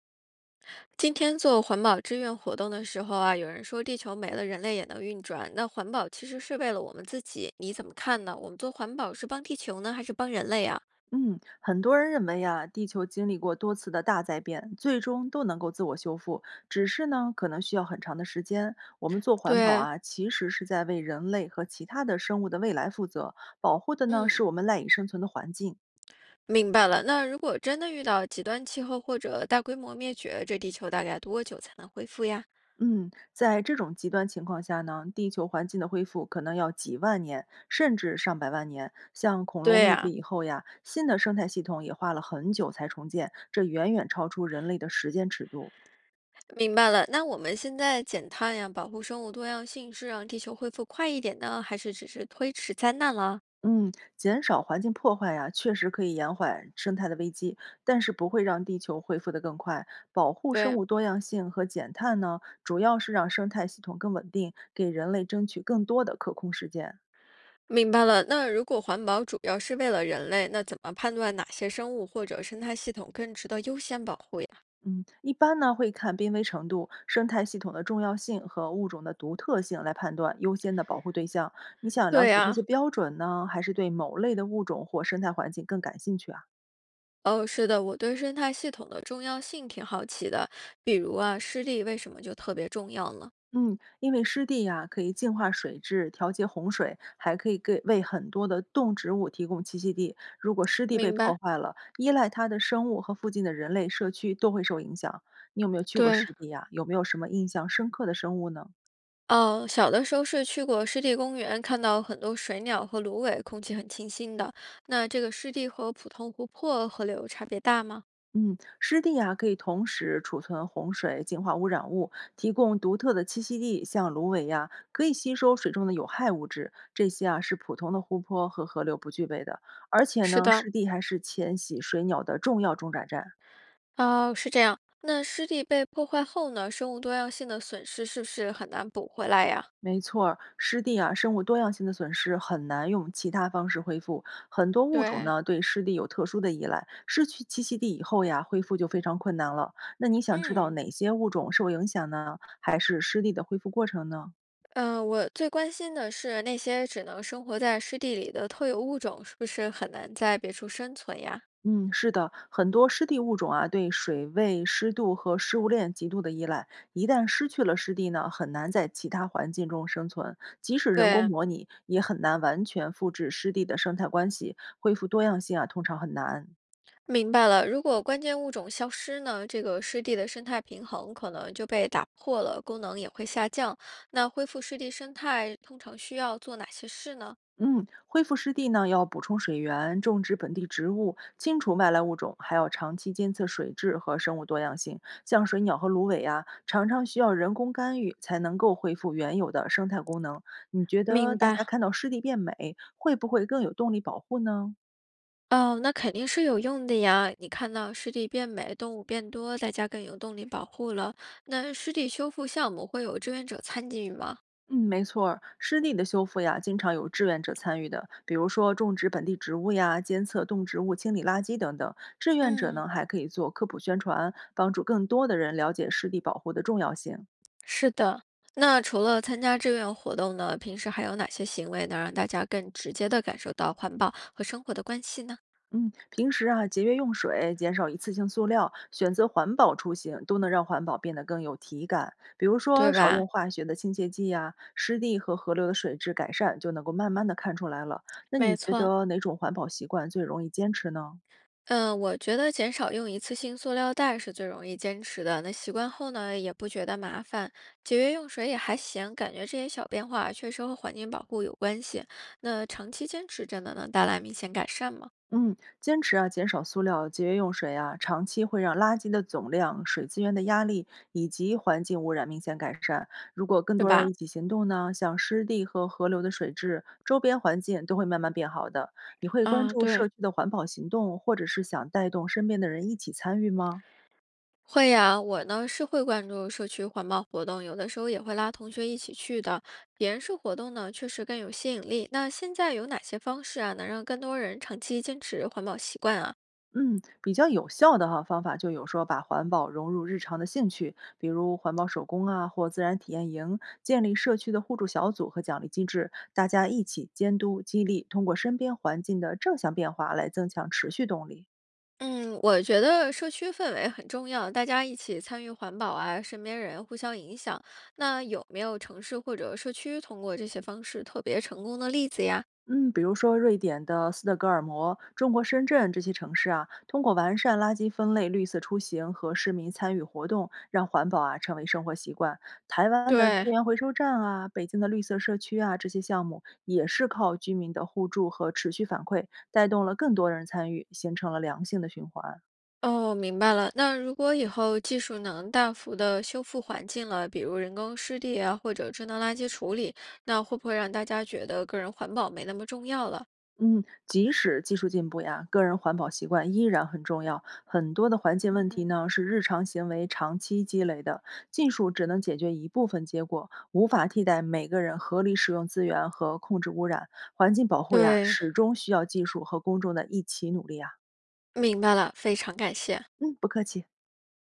今天做环保志愿活动的时候啊，有人说地球没了，人类也能运转。那环保其实是为了我们自己，你怎么看呢？我们做环保是帮地球呢，还是帮人类啊？嗯，很多人认为呀，地球经历过多次的大灾变，最终都能够自我修复，只是呢，可能需要很长的时间。我们做环保对，啊，其实是在为人类和其他的生物的未来负责，保护的呢是嗯，我们赖以生存的环境。明白了。那如果真的遇到极端气候或者大规模灭绝，这地球大概多久才能恢复呀？嗯，在这种极端情况下呢，地球环境的恢复可能要几万年，甚至上百万年。像恐龙对灭绝呀，以后呀，新的生态系统也花了很久才重建，这远远超出人类的时间尺度。明白了。那我们现在减碳呀，保护生物多样性，是让地球恢复快一点呢，还是只是推迟灾难了？嗯，减少环境破坏呀、确实可以延缓生态的危机，但是不会让地球恢复得更快。保护生对。物多样性和减碳呢，主要是让生态系统更稳定，给人类争取更多的可控时间。明白了，那如果环保主要是为了人类，那怎么判断哪些生物或者生态系统更值得优先保护呀？嗯，一般呢会看濒危程度、生态系统的重要性和物种的独特性来判断优先的保护对象。你想了对解这些呀，标准呢，还是对某类的物种或生态环境更感兴趣啊？哦，是的，我对生态系统的重要性挺好奇的，比如啊，湿地为什么就特别重要呢？嗯，因为湿地呀、可以净化水质，调节洪水，还可以给为很多的动植物提供栖息地。如果湿地被明破白。坏了，依赖它的生物和附近的人类社区都会受影响。你有没有去过对，湿地呀、有没有什么印象深刻的生物呢？哦，小的时候是去过湿地公园，看到很多水鸟和芦苇，空气很清新的。那这个湿地和普通湖泊、河流差别大吗？嗯，湿地啊，可以同时储存洪水、净化污染物，提供独特的栖息地。像芦苇呀、可以吸收水中的有害物质，这些啊是普通的湖泊和河流不具备的。而且是呢，的，湿地还是迁徙水鸟的重要中转站。哦，是这样。那湿地被破坏后呢，生物多样性的损失是不是很难补回来呀？没错儿，湿地啊，生物多样性的损失很难用其他方式恢复。很多物种对，呢，对湿地有特殊的依赖，失去栖息地以后呀，恢复就非常困难了。那你想知道嗯，哪些物种受影响呢？还是湿地的恢复过程呢？嗯、我最关心的是那些只能生活在湿地里的特有物种，是不是很难在别处生存呀？嗯，是的，很多湿地物种啊，对水位、湿度和食物链极度的依赖。一旦失去了湿地呢，很难在其他环境中生存。即使人工对，模拟，也很难完全复制湿地的生态关系，恢复多样性啊，通常很难。明白了，如果关键物种消失呢，这个湿地的生态平衡可能就被打破了，功能也会下降。那恢复湿地生态通常需要做哪些事呢？嗯，恢复湿地呢，要补充水源，种植本地植物，清除外来物种，还要长期监测水质和生物多样性。像水鸟和芦苇啊，常常需要人工干预才能够恢复原有的生态功能。你觉得明大家白。看到湿地变美，会不会更有动力保护呢？哦，那肯定是有用的呀！你看到湿地变美，动物变多，大家更有动力保护了。那湿地修复项目会有志愿者参与吗？嗯，没错儿湿地的修复呀，经常有志愿者参与的，比如说种植本地植物呀、监测动植物、清理垃圾等等。志愿者嗯，呢，还可以做科普宣传，帮助更多的人了解湿地保护的重要性。是的，那除了参加志愿活动呢，平时还有哪些行为能让大家更直接的感受到环保和生活的关系呢？嗯，平时啊，节约用水，减少一次性塑料，选择环保出行，都能让环保变得更有体感。比如说，对少吧？用化学的清洁剂呀，湿地和河流的水质改善，就能够慢慢的看出来了。那你没觉错。得哪种环保习惯最容易坚持呢？嗯，我觉得减少用一次性塑料袋是最容易坚持的。那习惯后呢，也不觉得麻烦，节约用水也还行，感觉这些小变化确实和环境保护有关系。那长期坚持真的能带来明显改善吗？嗯，坚持啊，减少塑料，节约用水啊，长期会让垃圾的总量、水资源的压力以及环境污染明显改善。如果更对多人吧？一起行动呢，像湿地和河流的水质、周边环境都会慢慢变好的。你会关啊，注对，社区的环保行动，或者是想带动身边的人一起参与吗？会呀，我呢是会关注社区环保活动，有的时候也会拉同学一起去的。别人式活动呢，确实更有吸引力。那现在有哪些方式啊，能让更多人长期坚持环保习惯啊？嗯，比较有效的哈方法就有说把环保融入日常的兴趣，比如环保手工啊，或自然体验营，建立社区的互助小组和奖励机制，大家一起监督激励，通过身边环境的正向变化来增强持续动力。嗯，我觉得社区氛围很重要，大家一起参与环保啊，身边人互相影响。那有没有城市或者社区通过这些方式特别成功的例子呀？嗯，比如说瑞典的斯德哥尔摩、中国深圳这些城市啊，通过完善垃圾分类、绿色出行和市民参与活动，让环保啊成为生活习惯。台湾的资对，源回收站啊，北京的绿色社区啊，这些项目也是靠居民的互助和持续反馈，带动了更多人参与，形成了良性的循环。哦，明白了。那如果以后技术能大幅的修复环境了，比如人工湿地啊，或者智能垃圾处理，那会不会让大家觉得个人环保没那么重要了？嗯，即使技术进步呀，个人环保习惯依然很重要。很多的环境问题嗯，呢，是日常行为长期积累的，技术只能解决一部分结果，无法替代每个人合理使用资源和控制污染。环境保护呀，对，始终需要技术和公众的一起努力啊。明白了，非常感谢。嗯，不客气。